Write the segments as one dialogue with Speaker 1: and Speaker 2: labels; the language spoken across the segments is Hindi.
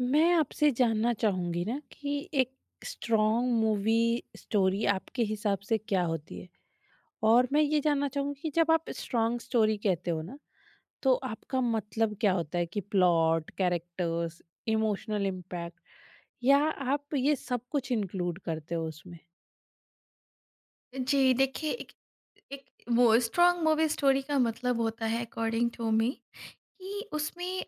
Speaker 1: मैं आपसे जानना चाहूँगी ना कि एक स्ट्रॉन्ग मूवी स्टोरी आपके हिसाब से क्या होती है? और मैं ये जानना चाहूँगी कि जब आप स्ट्रॉन्ग स्टोरी कहते हो ना, तो आपका मतलब क्या होता है कि प्लॉट, कैरेक्टर्स, इमोशनल इम्पैक्ट या आप ये सब कुछ इंक्लूड करते हो उसमें?
Speaker 2: जी देखिए एक एक वो स्ट्रॉन्ग मूवी स्टोरी का मतलब होता है अकॉर्डिंग टू मी कि उसमें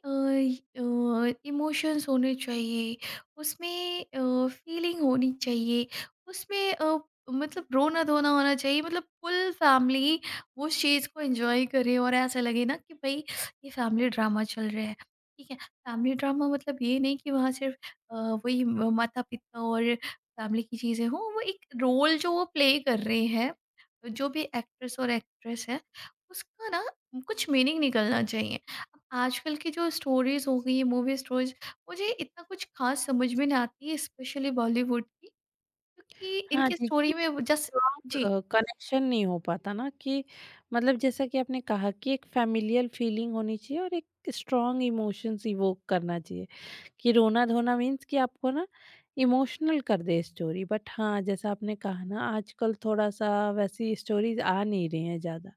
Speaker 2: इमोशंस होने चाहिए। उसमें फीलिंग होनी चाहिए। उसमें मतलब रोना धोना होना चाहिए। मतलब फुल फैमिली उस चीज़ को एंजॉय करे और ऐसा लगे ना कि भाई ये फैमिली ड्रामा चल रहा है। ठीक है, फैमिली ड्रामा मतलब ये नहीं कि वहाँ सिर्फ अ, वही माता पिता और फैमिली की चीज़ें हों। वो एक रोल जो वो प्ले कर रहे हैं, जो भी एक्ट्रेस और एक्ट्रेस है, उसका ना कुछ मीनिंग निकलना चाहिए। आजकल की जो स्टोरीज़ हो गई हैं, मूवी स्टोरीज़, मुझे इतना कुछ ख़ास समझ में नहीं आती है, स्पेशली बॉलीवुड की, क्योंकि
Speaker 1: हाँ
Speaker 2: इनकी
Speaker 1: जी, कि
Speaker 2: स्टोरी में वो जस्ट
Speaker 1: स्ट्रॉन्ग
Speaker 2: जी,
Speaker 1: कनेक्शन नहीं हो पाता ना कि मतलब जैसा कि आपने कहा कि एक फ़ैमिलियल फीलिंग होनी चाहिए और एक स्ट्रॉन्ग इमोशंस इवोक करना चाहिए। कि रोना-धोना मीन्स कि आपको ना इमोशनल कर दे स्टोरी। बट हाँ, जैसा आपने कहा ना आजकल थोड़ा-सा वैसी स्टोरीज़ आ नहीं रही हैं ज़्यादा।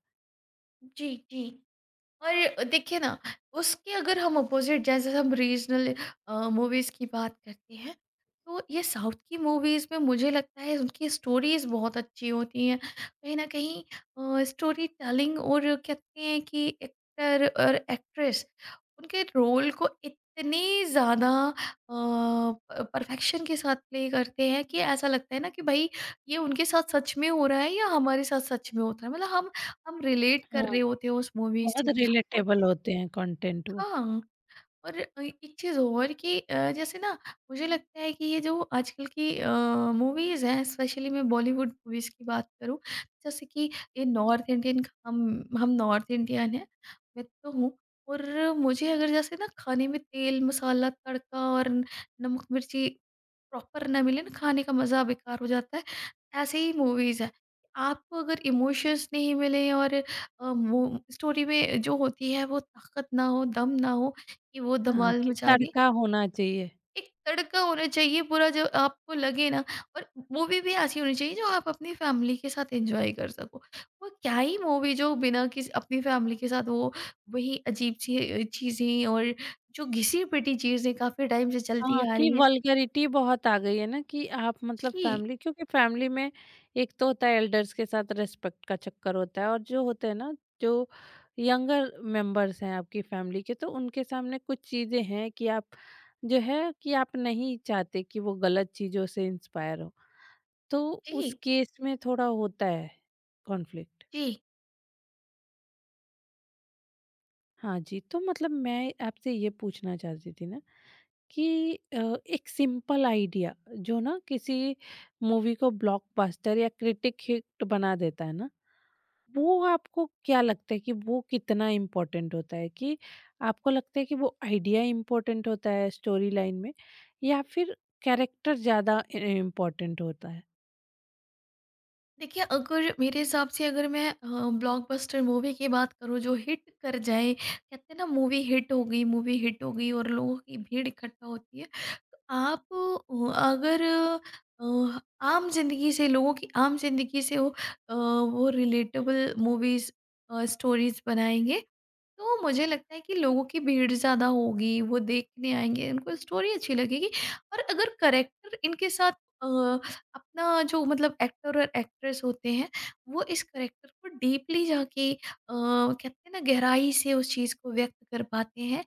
Speaker 2: जी, जी। और देखिए ना, उसके अगर हम अपोजिट जैसे हम रीजनल मूवीज़ की बात करते हैं, तो ये साउथ की मूवीज़ में मुझे लगता है उनकी स्टोरीज़ बहुत अच्छी होती हैं। कहीं ना कहीं स्टोरी टेलिंग, और कहते हैं कि एक्टर और एक्ट्रेस उनके रोल को इतनी ज़्यादा परफेक्शन के साथ प्ले करते हैं कि ऐसा लगता है ना कि भाई ये उनके साथ सच में हो रहा है, या हमारे साथ सच में होता है। मतलब हम रिलेट कर रहे
Speaker 1: हाँ,
Speaker 2: होते हैं उस मूवी
Speaker 1: बहुत
Speaker 2: से। 我
Speaker 1: रिलेटेबल होते हैं कंटेंट वो।
Speaker 2: 他很 और एक चीज़ और कि जैसे ना, मुझे लगता है कि ये जो आजकल की मूवीज़ हैं, स्पेशली मैं बॉलीवुड मूवीज़ की बात करूँ, जैसे कि ये नॉर्थ इंडियन, हम हम नॉर्थ इंडियन हैं। मैं तो हूँ। और मुझे अगर जैसे ना खाने में तेल मसाला तड़का और नमक मिर्ची प्रॉपर ना मिले ना, खाने का मज़ा बेकार हो जाता है। ऐसे ही मूवीज़ है। आपको अगर इमोशंस नहीं मिले और स्टोरी में जो होती है वो ताकत ना हो, दम ना हो कि वो
Speaker 1: हाँ,
Speaker 2: धमाल
Speaker 1: कि
Speaker 2: मचा दें।
Speaker 1: तड़का होना चाहिए।
Speaker 2: एक तड़का होना चाहिए पूरा जो आपको लगे ना। और मूवी भी ऐसी होनी चाहिए जो आप अपनी फैमिली के साथ एंजॉय कर सको। वो क्या ही मूवी जो बिना किसी अपनी फैमिली के साथ, वो वही अजीब सी चीज़ें, और जो घिसी-पिटी चीज़ें काफ़ी टाइम से चलती
Speaker 1: हाँ,
Speaker 2: आ
Speaker 1: कि
Speaker 2: रही हैं।
Speaker 1: वल्गैरिटी बहुत आ गई है ना कि आप मतलब
Speaker 2: जी,
Speaker 1: फैमिली क्योंकि फैमिली में एक तो होता है एल्डर्स के साथ रिस्पेक्ट का चक्कर होता है और जो होते हैं ना जो यंगर मेंबर्स हैं आपकी फैमिली के तो उनके सामने कुछ चीज़ें हैं कि आप जो है कि आप नहीं चाहते कि वो गलत चीज़ों से इंस्पायर हो। तो उस
Speaker 2: जी,
Speaker 1: केस में थोड़ा होता है कॉन्फ्लिक्ट।
Speaker 2: जी।
Speaker 1: हाँ जी, तो मतलब मैं आपसे ये पूछना चाहती थी ना कि एक सिंपल आइडिया जो ना किसी मूवी को ब्लॉकबस्टर या क्रिटिक हिट बना देता है ना, वो आपको क्या लगता है कि वो कितना इम्पोर्टेंट होता है, कि आपको लगता है कि वो आइडिया इम्पोर्टेंट होता है स्टोरी लाइन में, या फिर कैरेक्टर ज्यादा इम्पोर्टेंट होता है।
Speaker 2: देखिए, अगर मेरे हिसाब से अगर मैं ब्लॉकबस्टर मूवी की बात करूँ जो हिट कर जाए, कहते हैं ना, मूवी हिट हो गई, मूवी हिट हो गई और लोगों की भीड़ इकट्ठा होती है। तो आप अगर अ, आम ज़िंदगी से, लोगों की आम ज़िंदगी से वो वो रिलेटेबल मूवीज़, स्टोरीज़ बनाएँगे, तो मुझे लगता है कि लोगों की भीड़ ज़्यादा होगी, वो देखने आएँगे, उनको स्टोरी अच्छी लगेगी। और अगर कैरेक्टर इनके साथ अ अपना, जो मतलब एक्टर और एक्ट्रेस होते हैं, वो इस करैक्टर को डीपली जाके कहते हैं ना गहराई से उस चीज़ को व्यक्त कर पाते हैं,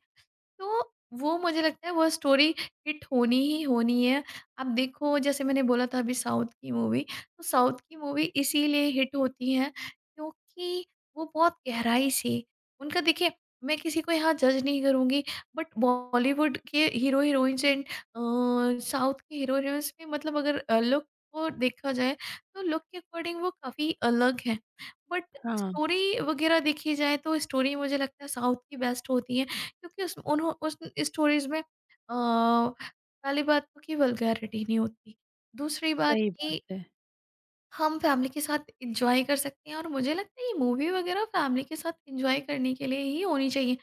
Speaker 2: तो वो मुझे लगता है वो स्टोरी हिट होनी ही होनी है। आप देखो जैसे मैंने बोला था अभी साउथ की मूवी, तो साउथ की मूवी इसीलिए हिट होती हैं क्योंकि वो बहुत गहराई से उनका, देखिए, मैं किसी को यहाँ जज नहीं करूँगी, बट बॉलीवुड के हीरो-हीरोइन्स एंड साउथ के हीरो-हीरोइन्स में, मतलब अगर लुक को देखा जाए तो लुक के अकॉर्डिंग वो काफ़ी अलग हैं। बट
Speaker 1: हाँ।
Speaker 2: स्टोरी वगैरह देखी जाए तो स्टोरी मुझे लगता है साउथ की बेस्ट होती है। क्योंकि उस स्टोरीज में पहली बात तो कि वल्गैरिटी नहीं होती। दूसरी बात
Speaker 1: सही बात
Speaker 2: कि
Speaker 1: है।
Speaker 2: हम फैमिली के साथ एन्जॉय कर सकते हैं, और मुझे लगता है ये मूवी वगैरह फैमिली के साथ एन्जॉय करने के लिए ही होनी चाहिए।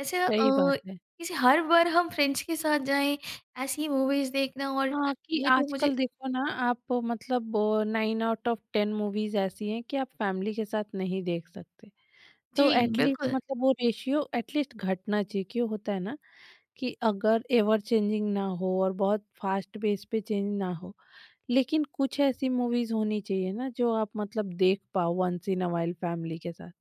Speaker 2: ऐसे
Speaker 1: सही बात है।
Speaker 2: किसी हर बार हम फ्रेंड्स के साथ जाएँ, ऐसी मूवीज़ देखना, और
Speaker 1: हाँ, कि
Speaker 2: ये तो मुझे
Speaker 1: आजकल देखो ना आप मतलब nine out of ten movies ऐसी हैं कि आप फैमिली के साथ नहीं देख सकते।
Speaker 2: जी,
Speaker 1: तो एट लीस्ट
Speaker 2: बिल्कुल।
Speaker 1: मतलब वो रेशियो एट लीस्ट घटना चाहिए, क्यों होता है ना कि अगर एवर चेंजिंग ना हो और बहुत फास्ट पेस पे चेंज ना हो, लेकिन कुछ ऐसी मूवीज होनी चाहिए ना जो आप मतलब देख पाओ once in a while family के साथ।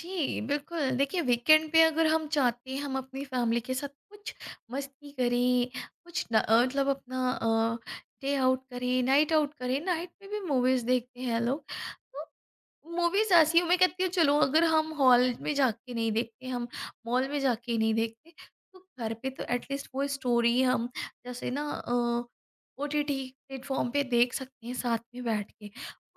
Speaker 2: जी, बिल्कुल। देखिए, वीकेंड पे अगर हम चाहते हैं हम अपनी फैमिली के साथ कुछ मस्ती करें, कुछ न अ, मतलब अपना डे आउट करें, नाइट में भी मूवीज़ देखते हैं लोग। तो मूवीज़ ऐसी हैं, मैं कहती हूँ चलो अगर हम हॉल में जाके नहीं देखते, हम मॉल में जाके नहीं देखते, तो घर पे तो एट लीस्ट वो स्टोरी हम जैसे ना ओटीटी प्लेटफ़ॉर्म पे देख सकते हैं साथ में बैठ के,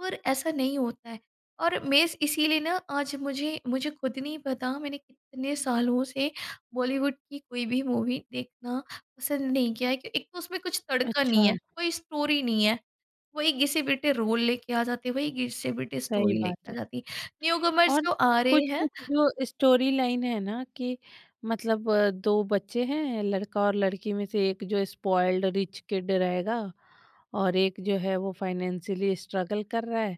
Speaker 2: पर ऐसा नहीं होता है। और मैं इस इसीलिए ना आज मुझे मुझे खुद नहीं पता मैंने कितने सालों से बॉलीवुड की कोई भी मूवी देखना पसंद नहीं किया है। क्यों? एक तो उसमें कुछ तड़का नहीं
Speaker 1: अच्छा।
Speaker 2: है, कोई स्टोरी नहीं है। वही घिसे-पिटे रोल लेके आ जाते हैं, वही घिसे-पिटे
Speaker 1: सही
Speaker 2: स्टोरी
Speaker 1: बात
Speaker 2: लेके आ
Speaker 1: है।
Speaker 2: जाती है। न्यू कमर्स
Speaker 1: और
Speaker 2: जो आ रहे हैं
Speaker 1: कुछ-कुछ जो स्टोरी लाइन है ना, कि मतलब 2 बच्चे हैं लड़का और लड़की, में से एक जो स्पॉइल्ड रिच किड रहेगा और एक जो है वो फाइनेंशियली स्ट्रगल कर रहा है।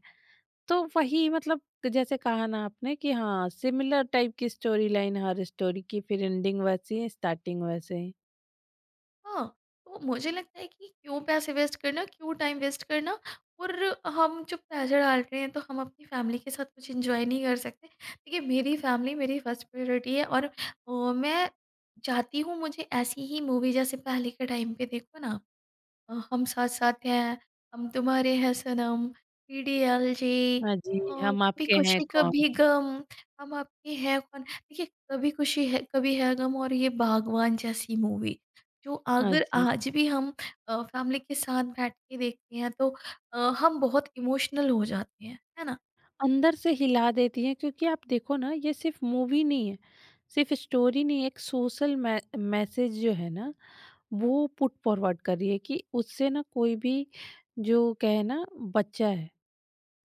Speaker 1: तो वही मतलब जैसे कहा ना आपने कि हाँ सिमिलर टाइप की स्टोरी लाइन हर स्टोरी की, फिर एंडिंग वैसी है स्टार्टिंग वैसे ही।
Speaker 2: हाँ, तो मुझे लगता है कि क्यों पैसे वेस्ट करना, क्यों टाइम वेस्ट करना, और हम जो पैसे डाल रहे हैं, तो हम अपनी फैमिली के साथ कुछ एन्जॉय नहीं कर सकते। देखिए, मेरी फैमिली मेरी फर्स्ट प्रायोरिटी है और मैं चाहती हूँ मुझे ऐसी ही मूवी जैसे पहले के टाइम पे देखो ना आप। हम साथ-साथ हैं, हम तुम्हारे हैं सनम, टीडीएलजे,
Speaker 1: हाँ जी हम
Speaker 2: कभी
Speaker 1: आपके हैं
Speaker 2: खुशी
Speaker 1: कौन।
Speaker 2: कभी गम, हम आपके हैं कौन। देखिए, कभी खुशी है कभी है गम और ये बागवान जैसी मूवी, जो
Speaker 1: हाँ
Speaker 2: अगर
Speaker 1: जी
Speaker 2: आज भी हम फैमिली के साथ बैठ के देखते हैं तो हम बहुत इमोशनल हो जाते हैं, है ना?
Speaker 1: अंदर से हिला देती है क्योंकि आप देखो ना ये सिर्फ मूवी नहीं है, सिर्फ स्टोरी नहीं, एक सोशल मैसेज जो है ना वो पुट फॉरवर्ड कर रही है। कि उससे ना कोई भी जो कहे ना बच्चा है,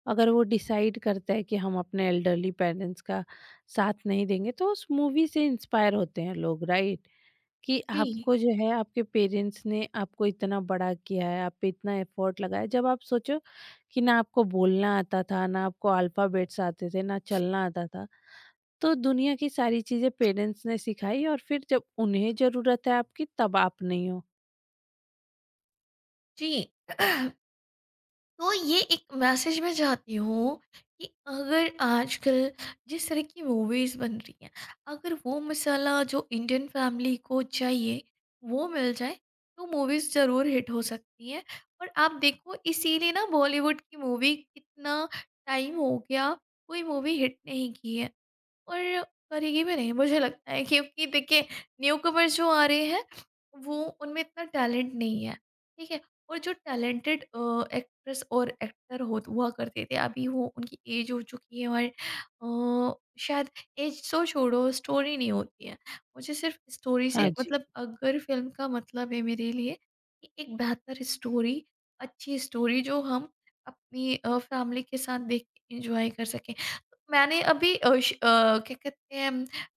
Speaker 1: अगर वो डिसाइड करता है कि हम अपने एल्डरली पेरेंट्स का साथ नहीं देंगे, तो उस मूवी से इंस्पायर होते हैं लोग राइट। कि
Speaker 2: जी,
Speaker 1: आपको जो है आपके पेरेंट्स ने आपको इतना बड़ा किया है, आप पे इतना एफर्ट लगाया। जब आप सोचो कि ना आपको बोलना आता था, ना आपको अल्फाबेट्स आते थे, ना चलना आता था, तो दुनिया की सारी चीजें पेरेंट्स ने सिखाई। और फिर जब उन्हें जरूरत है आपकी तब आप नहीं हो।
Speaker 2: जी। तो ये एक मैसेज मैं चाहती हूँ कि अगर आजकल जिस तरह की मूवीज़ बन रही हैं, अगर वो मसाला जो इंडियन फैमिली को चाहिए, वो मिल जाए, तो मूवीज़ ज़रूर हिट हो सकती हैं। और आप देखो इसीलिए ना बॉलीवुड की मूवी कितना टाइम हो गया, कोई मूवी हिट नहीं की है। और करेगी भी नहीं मुझे लगता है क्योंकि देखिए न्यूकमर जो आ रहे हैं वो, उनमें इतना टैलेंट नहीं है, ठीक है? और जो टैलेंटेड एक्ट्रेस और एक्टर हो हुआ करते थे, अभी वो उनकी एज हो चुकी है। और अ, शायद एज तो छोड़ो, स्टोरी नहीं होती है। मुझे सिर्फ स्टोरी से
Speaker 1: हाँ जी।
Speaker 2: मतलब, अगर फिल्म का मतलब है मेरे लिए कि एक बेहतर स्टोरी, अच्छी स्टोरी जो हम अपनी फैमिली के साथ देख के इंजॉय कर सकें। मैंने अभी क्या कहते हैं,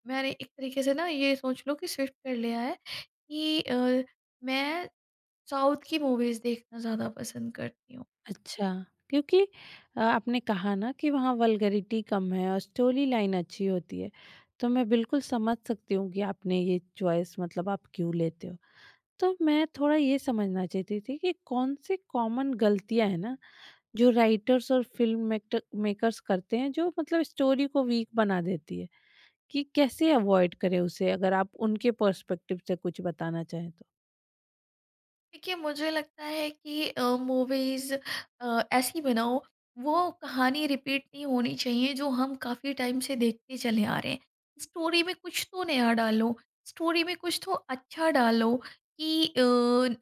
Speaker 2: मैंने एक तरीके से ना ये सोच लो कि शिफ्ट कर लिया है कि मैं साउथ की मूवीज़ देखना ज़्यादा पसंद करती हूँ।
Speaker 1: अच्छा, क्योंकि आपने कहा ना कि वहाँ वल्गैरिटी कम है और स्टोरी लाइन अच्छी होती है, तो मैं बिल्कुल समझ सकती हूँ कि आपने ये चॉइस मतलब आप क्यों लेते हो। तो मैं थोड़ा ये समझना चाहती थी कि कौन सी कॉमन गलतियाँ हैं ना, जो राइटर्स और फ़िल्म मेक्टर मेकर्स करते हैं, जो मतलब स्टोरी को वीक बना देती है, कि कैसे अवॉइड करें उसे? अगर आप उनके पर्सपेक्टिव से कुछ बताना चाहें तो।
Speaker 2: देखिए, मुझे लगता है कि मूवीज ऐसी बनाओ, वो कहानी रिपीट नहीं होनी चाहिए जो हम काफ़ी टाइम से देखते चले आ रहे हैं। स्टोरी में कुछ तो नया डालो, स्टोरी में कुछ तो अच्छा डालो कि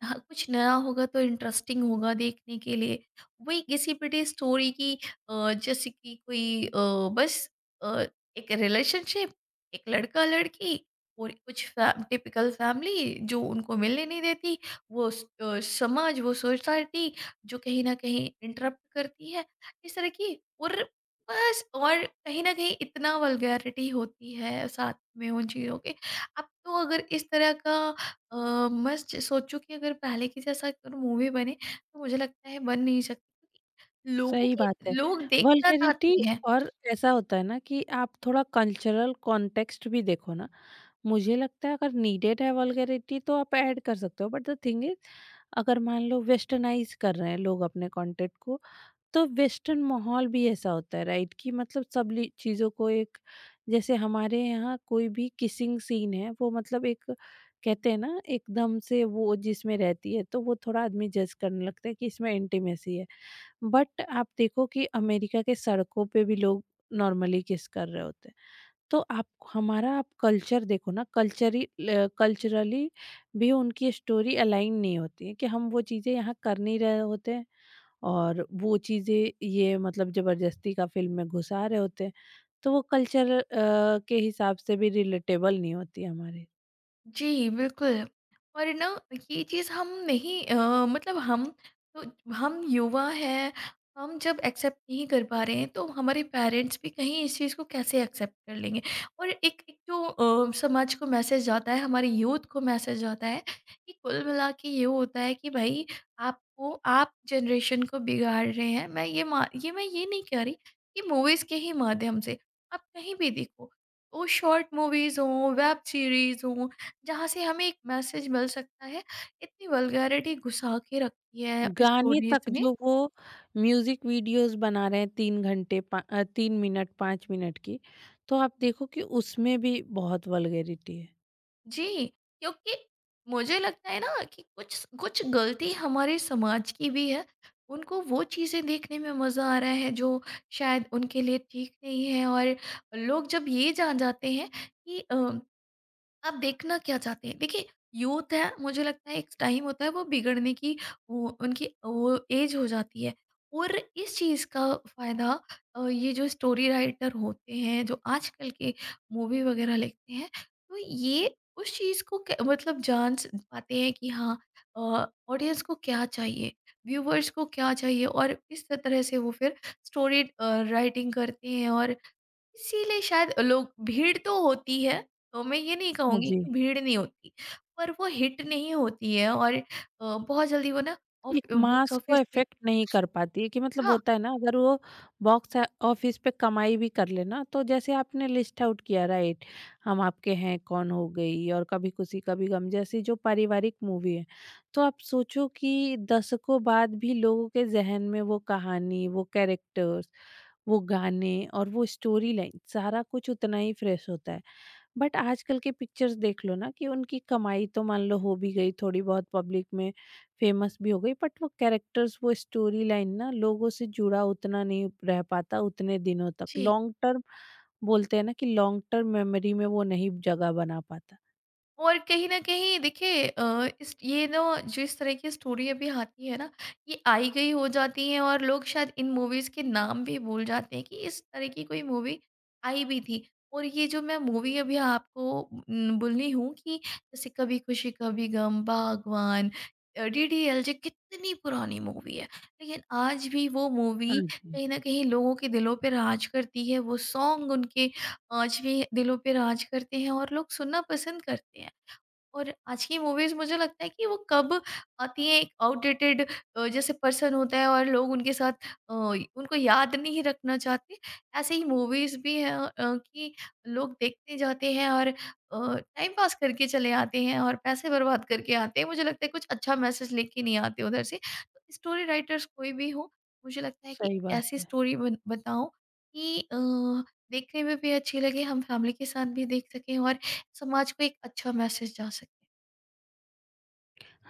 Speaker 2: हाँ, कुछ नया होगा तो इंटरेस्टिंग होगा देखने के लिए। वही किसी पिटी स्टोरी की जैसे कि कोई बस अ, एक रिलेशनशिप, एक लड़का लड़की, और कुछ टिपिकल फैमिली जो उनको मिलने नहीं देती, समाज, वो सोसाइटी जो कहीं ना कहीं इंटरप्ट करती है इस तरह की। और बस, और कहीं ना कहीं इतना वल्गैरिटी होती है साथ में उन चीज़ों के। अब तो अगर इस तरह का अ, मैं सोचूं कि अगर पहले की जैसा अगर मूवी बने, तो मुझे लगता है बन नहीं सकती क्योंकि लोगों
Speaker 1: सही
Speaker 2: की,
Speaker 1: बात है।
Speaker 2: लोग देखना
Speaker 1: वल्गैरिटी।
Speaker 2: चाहते हैं।
Speaker 1: और ऐसा होता है ना कि आप थोड़ा कल्चरल कॉन्टेक्स्ट भी देखो ना, मुझे लगता है अगर नीडेड है वल्गैरिटी तो आप ऐड कर सकते हो, बट द थिंग इज़, अगर मान लो वेस्टर्नाइज़ कर रहे हैं लोग अपने कंटेंट को, तो वेस्टर्न माहौल भी ऐसा होता है राइट कि मतलब सब ली चीज़ों को एक, जैसे हमारे यहाँ कोई भी किसिंग सीन है, वो मतलब एक, कहते हैं ना एकदम से वो जिसमें रहती है, तो वो थोड़ा आदमी जज करने लगता है कि इसमें इंटीमेसी है। बट आप देखो कि अमेरिका के सड़कों पे भी लोग नॉर्मली किस कर रहे होते हैं। तो आप हमारा आप कल्चर देखो ना, कल्चरी कल्चरली भी उनकी स्टोरी अलाइन नहीं होती है कि हम वो चीज़ें यहाँ कर नहीं रहे होते हैं, और वो चीज़ें ये मतलब जबरदस्ती का फिल्म में घुसा रहे होते हैं। तो वो कल्चर के हिसाब से भी रिलेटेबल नहीं होती हमारे।
Speaker 2: जी, बिल्कुल। और ना ये चीज़ हम नहीं अ, मतलब हम तो, हम युवा हैं, हम जब एक्सेप्ट नहीं कर पा रहे हैं, तो हमारे पेरेंट्स भी कहीं इस चीज़ को कैसे एक्सेप्ट कर लेंगे? और एक एक जो समाज को मैसेज जाता है, हमारे यूथ को मैसेज जाता है कि कुल मिला के ये होता है कि भई आपको, आप जनरेशन को बिगाड़ रहे हैं। मैं ये नहीं कह रही कि मूवीज़ के ही माध्यम से, आप कहीं भी देखो, वो शॉर्ट मूवीज़ हों, वेब सीरीज़ हों, जहाँ से हमें एक मैसेज मिल सकता है। इतनी वल्गैरिटी घुसा के रखी है
Speaker 1: गाने तक
Speaker 2: स्टोरीज़ में।
Speaker 1: जो वो म्यूजिक वीडियोस बना रहे हैं 3 घंटे पा अ, 3 मिनट 5 मिनट की, तो आप देखो कि उसमें भी बहुत वल्गैरिटी है।
Speaker 2: जी, क्योंकि मुझे लगता है ना कि कुछ कुछ गलती हमारे समाज की भी है। उनको वो चीज़ें देखने में मज़ा आ रहा है जो शायद उनके लिए ठीक नहीं है। और लोग जब ये जान जाते हैं कि आप देखना क्या चाहते हैं, देखिए, यूथ है, मुझे लगता है एक टाइम होता है वो बिगड़ने की, वो उनकी वो एज हो जाती है, और इस चीज़ का फायदा ये जो स्टोरी राइटर होते हैं जो आजकल के मूवी वगैरह लिखते हैं, तो ये उस चीज़ को मतलब जान पाते हैं कि हाँ ऑडियंस को क्या चाहिए, व्यूवर्स को क्या चाहिए, और इस तरह से वो फिर स्टोरी राइटिंग करते हैं। और इसीलिए शायद लोग, भीड़ तो होती है, तो मैं ये नहीं
Speaker 1: हाँ
Speaker 2: कहूँगी
Speaker 1: जी।
Speaker 2: कि भीड़ नहीं होती, पर वो हिट नहीं होती है। और बहुत जल्दी वो ना ऑफ
Speaker 1: एक
Speaker 2: बॉक्स
Speaker 1: मास को
Speaker 2: ऑफिस पे
Speaker 1: अफेक्ट नहीं कर पाती है, कि मतलब
Speaker 2: हाँ
Speaker 1: होता है ना अगर वो बॉक्स ऑफिस पे कमाई भी कर लेना, तो जैसे आपने लिस्ट आउट किया राइट, हम आपके हैं कौन हो गई और कभी खुशी कभी गम जैसी जो पारिवारिक मूवी है, तो आप सोचो कि दशकों बाद भी लोगों के जहन में वो कहानी, वो कैरेक्टर्स, वो गाने और वो स्टोरी लाइन सारा कुछ उतना ही फ्रेश होता है। बट आजकल के पिक्चर्स देख लो ना, कि उनकी कमाई तो मान लो हो भी गई थोड़ी बहुत, पब्लिक में फेमस भी हो गई, बट वो कैरेक्टर्स वो स्टोरी लाइन ना लोगों से जुड़ा उतना नहीं रह पाता उतने दिनों तक।
Speaker 2: जी।
Speaker 1: लॉन्ग टर्म बोलते हैं ना कि लॉन्ग टर्म मेमोरी में वो नहीं जगह बना पाता।
Speaker 2: और कहीं न कहीं देखिए अ, इस ये ना जिस तरह की स्टोरी अभी आती है ना, ये आई गई हो जाती है और लोग शायद इन मूवीज़ के नाम भी भूल जाते हैं कि इस तरह की कोई मूवी आई भी थी। और ये जो मैं मूवी अभी आपको बोली हूँ कि जैसे कभी खुशी कभी गम, बागवान, डीडीएलजे, कितनी पुरानी मूवी है। लेकिन आज भी वो
Speaker 1: हाँ
Speaker 2: मूवी
Speaker 1: जी।
Speaker 2: कहीं न कहीं लोगों के दिलों पे राज करती है, वो सॉन्ग उनके आज भी दिलों पे राज करते हैं और लोग सुनना पसंद करते हैं। और आज की मूवीज़ मुझे लगता है कि वो कब आती है, एक आउटडेटेड जैसे पर्सन होता है और लोग उनके साथ उनको याद नहीं रखना चाहते। ऐसे ही मूवीज़ भी हैं कि लोग देखते जाते हैं और टाइम पास करके चले आते हैं और पैसे बर्बाद करके आते हैं। मुझे लगता है कुछ अच्छा मैसेज लेके नहीं आते उधर से। तो स्टोरी राइटर्स कोई भी हो, मुझे लगता है कि एक
Speaker 1: सही बात
Speaker 2: ऐसी
Speaker 1: है।
Speaker 2: स्टोरी बन बताओ कि देखने में भी अच्छी लगे, हम फैमिली के साथ भी देख सकें, और समाज को एक अच्छा मैसेज जा सके।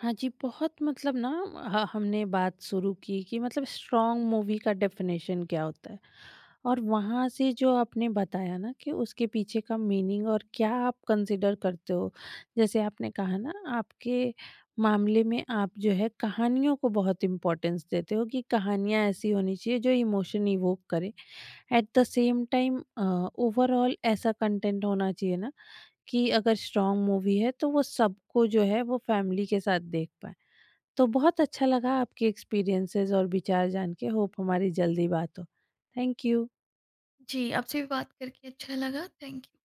Speaker 1: हाँ जी बहुत मतलब ना, हमने बात शुरू की कि मतलब स्ट्रॉन्ग मूवी का डेफिनेशन क्या होता है, और वहाँ से जो आपने बताया ना कि उसके पीछे का मीनिंग और क्या आप कंसिडर करते हो। जैसे आपने कहा ना आपके मामले में आप जो है कहानियों को बहुत इम्पोर्टेंस देते हो कि कहानियाँ ऐसी होनी चाहिए जो इमोशन इवोक करे। At the same time overall ऐसा कंटेंट होना चाहिए ना कि अगर स्ट्रॉन्ग मूवी है तो वो सबको जो है वो फैमिली के साथ देख पाए। तो बहुत अच्छा लगा आपके एक्सपीरियंसेस और विचार जान के, होप हमारी जल्दी बात हो। Thank you.
Speaker 2: जी, आपसे भी बात करके अच्छा लगा। Thank you.